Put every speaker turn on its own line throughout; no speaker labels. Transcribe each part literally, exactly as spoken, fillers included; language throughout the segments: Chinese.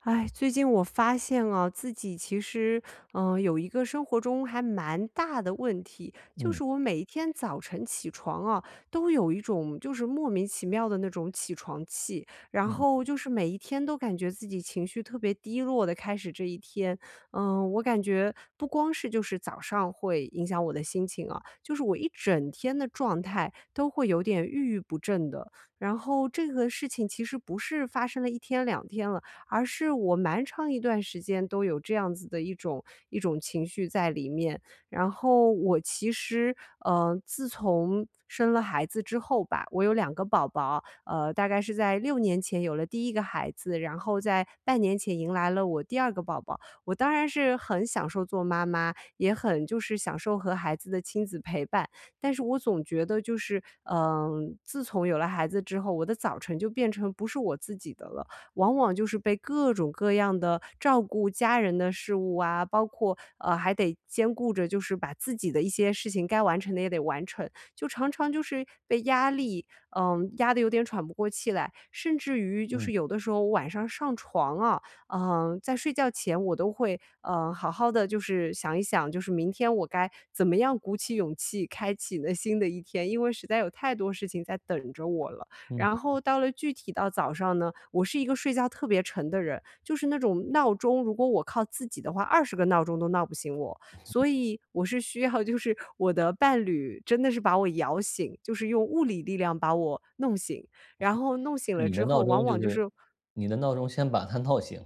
哎，最近我发现啊，自己其实，嗯，有一个生活中还蛮大的问题，就
嗯
是我每一天早晨起床啊，都有一种就是莫名其妙的那种起床气，然
嗯
后就是每一天都感觉自己情绪特别低落的开始这一天。嗯，我感觉不光是就是早上会影响我的心情啊，就是我一整天的状态都会有点郁郁不振的。然后这个事情其实不是发生了一天两天了。而是我蛮长一段时间都有这样子的一种一种情绪在里面。然后我其实，嗯，自从生了孩子之后吧，我有两个宝宝，呃，大概是在六年前有了第一个孩子，然后在半年前迎来了我第二个宝宝。我当然是很享受做妈妈，也很就是享受和孩子的亲子陪伴，但是我总觉得就是，嗯，自从有了孩子之后，我的早晨就变成不是我自己的了。往往就是被各种各样的照顾家人的事物啊，包括呃还得兼顾着就是把自己的一些事情该完成的也得完成，就常常就是被压力，嗯、压得有点喘不过气来，甚至于就
嗯
是有的时候我晚上上床啊，嗯、在睡觉前我都会嗯、呃好好的就是想一想，就是明天我该怎么样鼓起勇气开启呢新的一天，因为实在有太多事情在等着我了。
嗯，
然后到了具体到早上呢，我是一个睡觉特别沉的人，就是那种闹钟，如果我靠自己的话二十个闹钟都闹不醒我。所以我是需要就是我的伴侣真的是把我摇醒，就是用物理力量把我弄醒，然后弄醒
那
了
你的
之
闹
后，往
钟就
往就
是
是
你的闹钟先把它闹醒，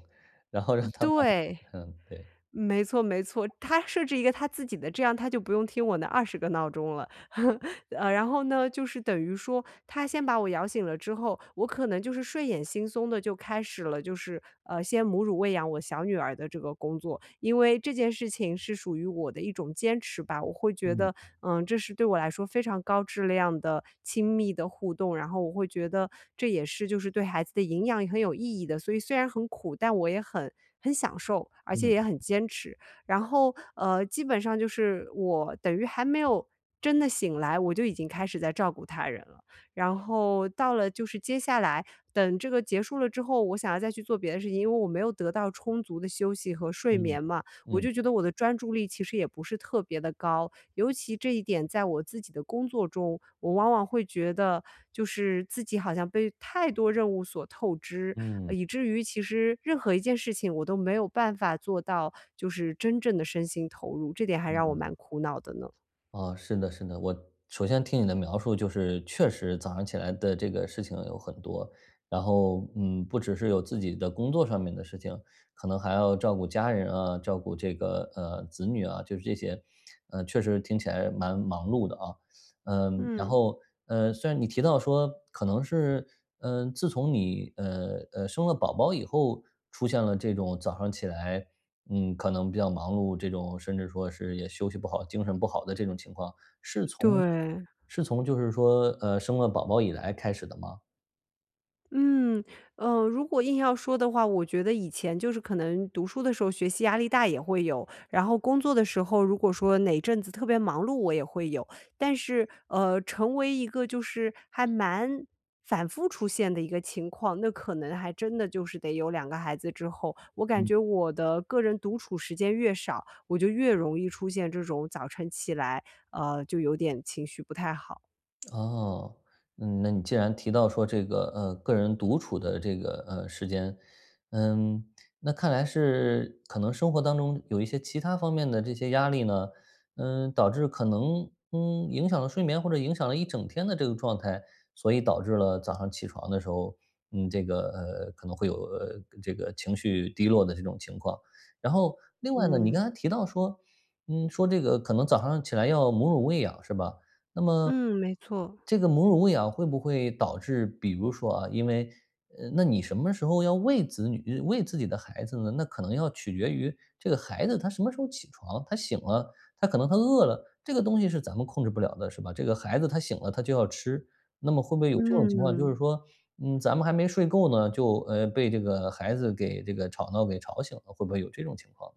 然后让它把你
对，
嗯，对。
没错没错，他设置一个他自己的，这样他就不用听我那二十个闹钟了。呃，然后呢，就是等于说他先把我摇醒了之后，我可能就是睡眼惺忪的就开始了，就是呃，先母乳喂养我小女儿的这个工作。因为这件事情是属于我的一种坚持吧，我会觉得，
嗯
嗯，这是对我来说非常高质量的亲密的互动，然后我会觉得这也是就是对孩子的营养也很有意义的。所以虽然很苦，但我也很很享受，而且
嗯
也很坚持。然后，呃，基本上就是我等于还没有真的醒来，我就已经开始在照顾他人了。然后到了就是接下来等这个结束了之后，我想要再去做别的事情，因为我没有得到充足的休息和睡
嗯
眠嘛，我
嗯
就觉得我的专注力其实也不是特别的高。尤其这一点在我自己的工作中，我往往会觉得就是自己好像被太多任务所透支，
嗯，
呃，
嗯
以至于其实任何一件事情我都没有办法做到，就是真正的身心投入，这点还让我蛮苦恼的呢。
哦，是的是的，我首先听你的描述，就是确实早上起来的这个事情有很多，然后，嗯，不只是有自己的工作上面的事情，可能还要照顾家人啊，照顾这个，呃，子女啊，就是这些，呃，确实听起来蛮忙碌的啊。嗯，然
嗯，
后，呃，虽然你提到说可能是，嗯，自从你，呃，呃，生了宝宝以后，出现了这种早上起来，嗯，可能比较忙碌这种，甚至说是也休息不好、精神不好的这种情况，是从
对。
是从就是说，呃，生了宝宝以来开始的吗？
嗯，呃，如果硬要说的话，我觉得以前就是可能读书的时候学习压力大也会有，然后工作的时候如果说哪阵子特别忙碌，我也会有。但是，呃，成为一个就是还蛮反复出现的一个情况，那可能还真的就是得有两个孩子之后，我感觉我的个人独处时间越少，我就越容易出现这种早晨起来，呃，就有点情绪不太好。
哦，嗯，那你既然提到说这个呃个人独处的这个呃时间，嗯，那看来是可能生活当中有一些其他方面的这些压力呢，嗯，导致可能嗯影响了睡眠或者影响了一整天的这个状态，所以导致了早上起床的时候，嗯，这个呃可能会有呃这个情绪低落的这种情况。然后另外呢，你刚
嗯，
才提到说，嗯，说这个可能早上起来要母乳喂养是吧？那么
嗯，没错，
这个母乳喂养会不会导致比如说啊，因为呃，那你什么时候要喂子女喂自己的孩子呢？那可能要取决于这个孩子他什么时候起床，他醒了，他可能他饿了，这个东西是咱们控制不了的，是吧？这个孩子他醒了，他就要吃，那么会不会有这种情况，就是
嗯。
说，嗯，咱们还没睡够呢，就，呃，被这个孩子给这个吵闹给吵醒了，会不会有这种情况？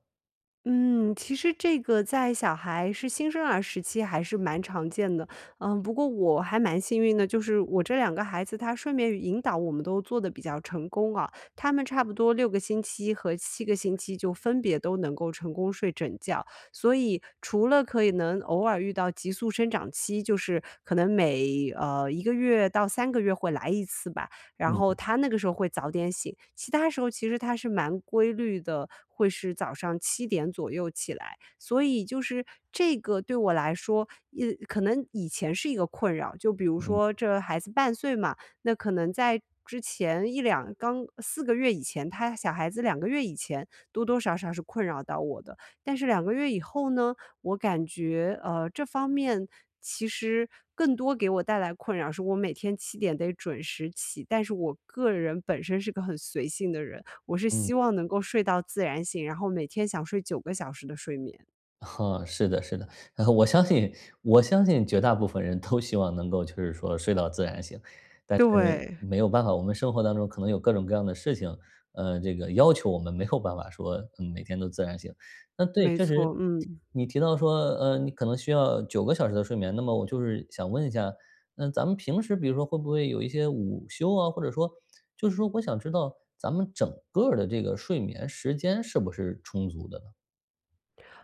嗯，其实这个在小孩是新生儿时期还是蛮常见的，嗯，不过我还蛮幸运的，就是我这两个孩子，他睡眠与引导我们都做得比较成功啊，他们差不多六个星期和七个星期就分别都能够成功睡整觉，所以除了可以能偶尔遇到急速生长期，就是可能每呃一个月到三个月会来一次吧。然后
嗯
他那个时候会早点醒，其他时候其实他是蛮规律的，会是早上七点左右起来。所以就是这个对我来说，也可能以前是一个困扰，就比如说
嗯
这孩子半岁嘛，那可能在之前一两刚四个月以前，他小孩子两个月以前，多多少少是困扰到我的。但是两个月以后呢，我感觉，呃，这方面其实更多给我带来困扰是我每天七点得准时起，但是我个人本身是个很随性的人，我是
嗯。
希望能够睡到自然醒，然后每天想睡九个小时的睡眠。
哈，是的，是的，然后我相信我相信绝大部分人都希望能够就是说睡到自然醒，但是
对，
没有办法，我们生活当中可能有各种各样的事情，呃，这个要求我们没有办法说，嗯，每天都自然醒。那对，
没
确实，
错，嗯。
你提到说，呃，你可能需要九个小时的睡眠，那么我就是想问一下，嗯，咱们平时比如说会不会有一些午休啊，或者说就是说我想知道咱们整个儿的这个睡眠时间是不是充足的呢？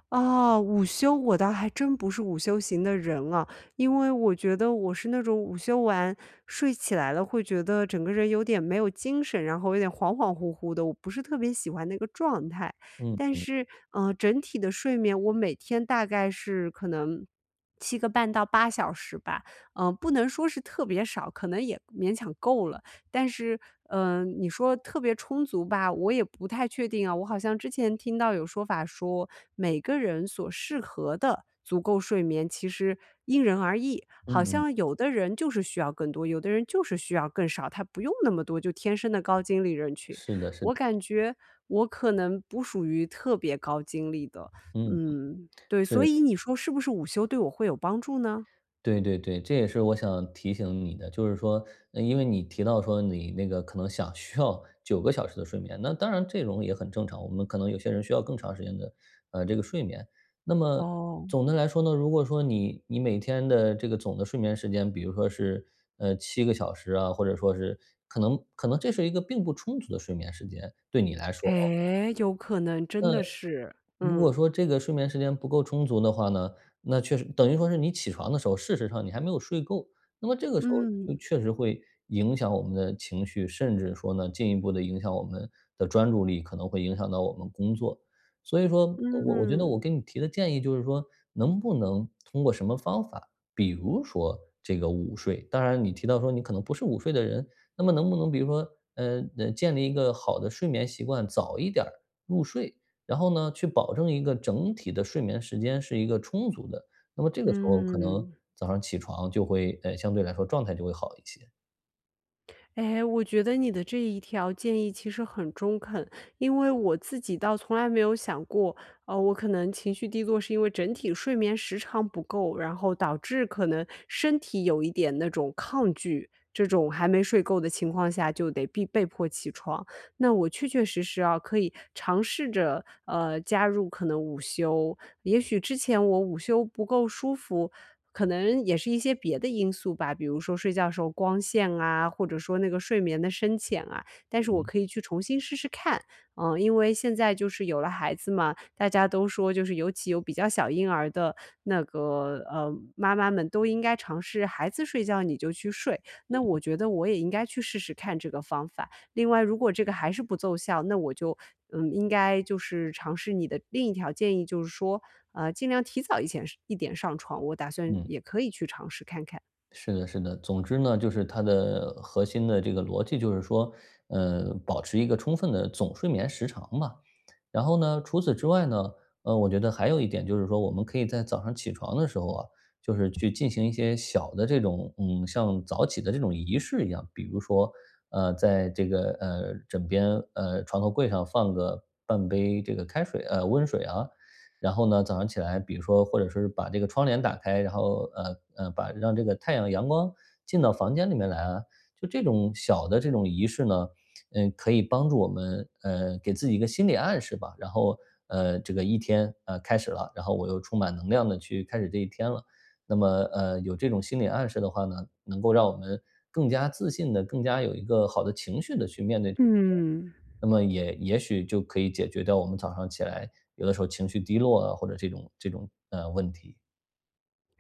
哦，午休我倒还真不是午休型的人啊，因为我觉得我是那种午休完睡起来了，会觉得整个人有点没有精神，然后有点恍恍惚惚的，我不是特别喜欢那个状态。
嗯，
但是，嗯，整体的睡眠我每天大概是可能七个半到八小时吧，嗯、不能说是特别少，可能也勉强够了。但是，嗯，你说特别充足吧，我也不太确定啊。我好像之前听到有说法说，每个人所适合的足够睡眠其实因人而异，好
嗯嗯。
像有的人就是需要更多，有的人就是需要更少，他不用那么多，就天生的高精力人群。
是的，是
我
的，
感觉我可能不属于特别高精力的，
嗯，
嗯，对，所
是，
以你说是不是午休对我会有帮助呢？
对对对，这也是我想提醒你的，就是说，呃因为你提到说你那个可能想需要 九个小时的睡眠，那当然这种也很正常，我们可能有些人需要更长时间的呃这个睡眠。那么
哦，
总的来说呢，如果说你你每天的这个总的睡眠时间，比如说是呃七个小时啊，或者说是可能可能这是一个并不充足的睡眠时间，对你来说。
哎，有可能真的是，
如
嗯。
果说这个睡眠时间不够充足的话呢，那确实等于说是你起床的时候，事实上你还没有睡够。那么这个时候就
嗯，
确实会影响我们的情绪，甚至说呢，进一步的影响我们的专注力，可能会影响到我们工作。所以说，我我觉得我
嗯，
给你提的建议就是说，能不能通过什么方法，比如说这个午睡，当然你提到说你可能不是午睡的人，那么能不能比如说，呃，呃，建立一个好的睡眠习惯，早一点儿入睡，然后呢，去保证一个整体的睡眠时间是一个充足的，那么这个时候可能
嗯。
早上起床就会，呃，相对来说状态就会好一些，
哎，我觉得你的这一条建议其实很中肯，因为我自己倒从来没有想过，呃，我可能情绪低落是因为整体睡眠时长不够，然后导致可能身体有一点那种抗拒，这种还没睡够的情况下就得必被迫起床。那我确确实实啊，可以尝试着呃加入可能午休，也许之前我午休不够舒服，可能也是一些别的因素吧，比如说睡觉时候光线啊，或者说那个睡眠的深浅啊，但是我可以去重新试试看。嗯，因为现在就是有了孩子嘛，大家都说就是尤其有比较小婴儿的那个呃妈妈们都应该尝试孩子睡觉你就去睡，那我觉得我也应该去试试看这个方法。另外，如果这个还是不奏效，那我就，嗯，应该就是尝试你的另一条建议，就是说，呃，尽量提早一前一点上床，我打算
嗯。
也可以去尝试看看。
是的，是的。总之呢，就是它的核心的这个逻辑就是说，呃，保持一个充分的总睡眠时长吧。然后呢，除此之外呢，呃，我觉得还有一点就是说，我们可以在早上起床的时候啊，就是去进行一些小的这种，嗯，像早起的这种仪式一样，比如说，呃，在这个呃枕边呃床头柜上放个半杯这个开水，呃温水啊，然后呢，早上起来，比如说或者说是把这个窗帘打开，然后呃呃，把让这个太阳阳光进到房间里面来啊，就这种小的这种仪式呢，嗯，可以帮助我们呃给自己一个心理暗示吧，然后呃这个一天呃开始了，然后我又充满能量的去开始这一天了。那么呃有这种心理暗示的话呢，能够让我们更加自信的、更加有一个好的情绪的去面对这
嗯。
那么也也许就可以解决掉我们早上起来有的时候情绪低落啊，或者这种这种呃问题。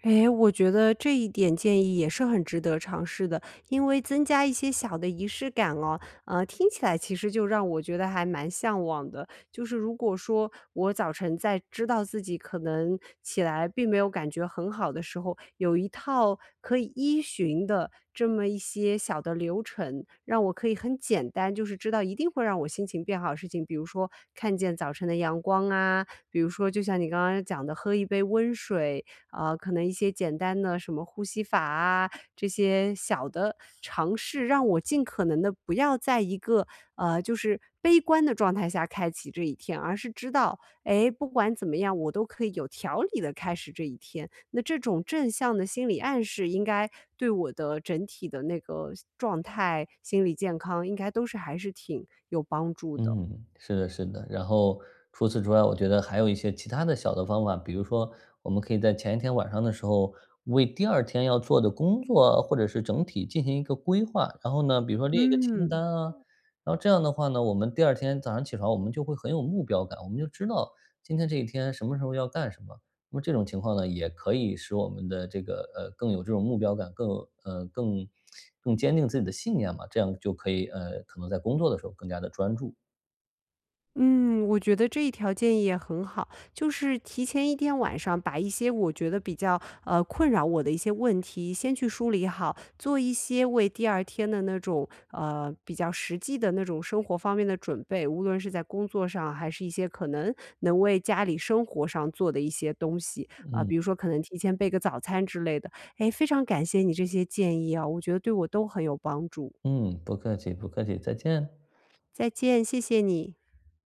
诶，我觉得这一点建议也是很值得尝试的，因为增加一些小的仪式感哦，呃，听起来其实就让我觉得还蛮向往的。就是如果说我早晨在知道自己可能起来并没有感觉很好的时候，有一套可以依循的这么一些小的流程，让我可以很简单，就是知道一定会让我心情变好的事情，比如说看见早晨的阳光啊，比如说就像你刚刚讲的，喝一杯温水。呃，可能一些简单的什么呼吸法啊，这些小的尝试，让我尽可能的不要在一个，呃，就是悲观的状态下开启这一天，而是知道，哎，不管怎么样，我都可以有条理的开始这一天。那这种正向的心理暗示应该对我的整体的那个状态、心理健康应该都是还是挺有帮助的。
嗯，是的，是的。然后除此之外，我觉得还有一些其他的小的方法，比如说我们可以在前一天晚上的时候，为第二天要做的工作或者是整体进行一个规划。然后呢，比如说列一个清单
嗯。
啊，然后这样的话呢，我们第二天早上起床，我们就会很有目标感，我们就知道今天这一天什么时候要干什么。那么这种情况呢，也可以使我们的这个呃更有这种目标感，更有呃更更坚定自己的信念嘛，这样就可以呃可能在工作的时候更加的专注。
嗯，我觉得这一条建议也很好，就是提前一天晚上把一些我觉得比较呃困扰我的一些问题先去梳理好，做一些为第二天的那种呃比较实际的那种生活方面的准备，无论是在工作上，还是一些可能能为家里生活上做的一些东西啊、
嗯
比如说可能提前备个早餐之类的。哎，非常感谢你这些建议啊，我觉得对我都很有帮助。
嗯，不客气不客气，再见。
再见，谢谢你。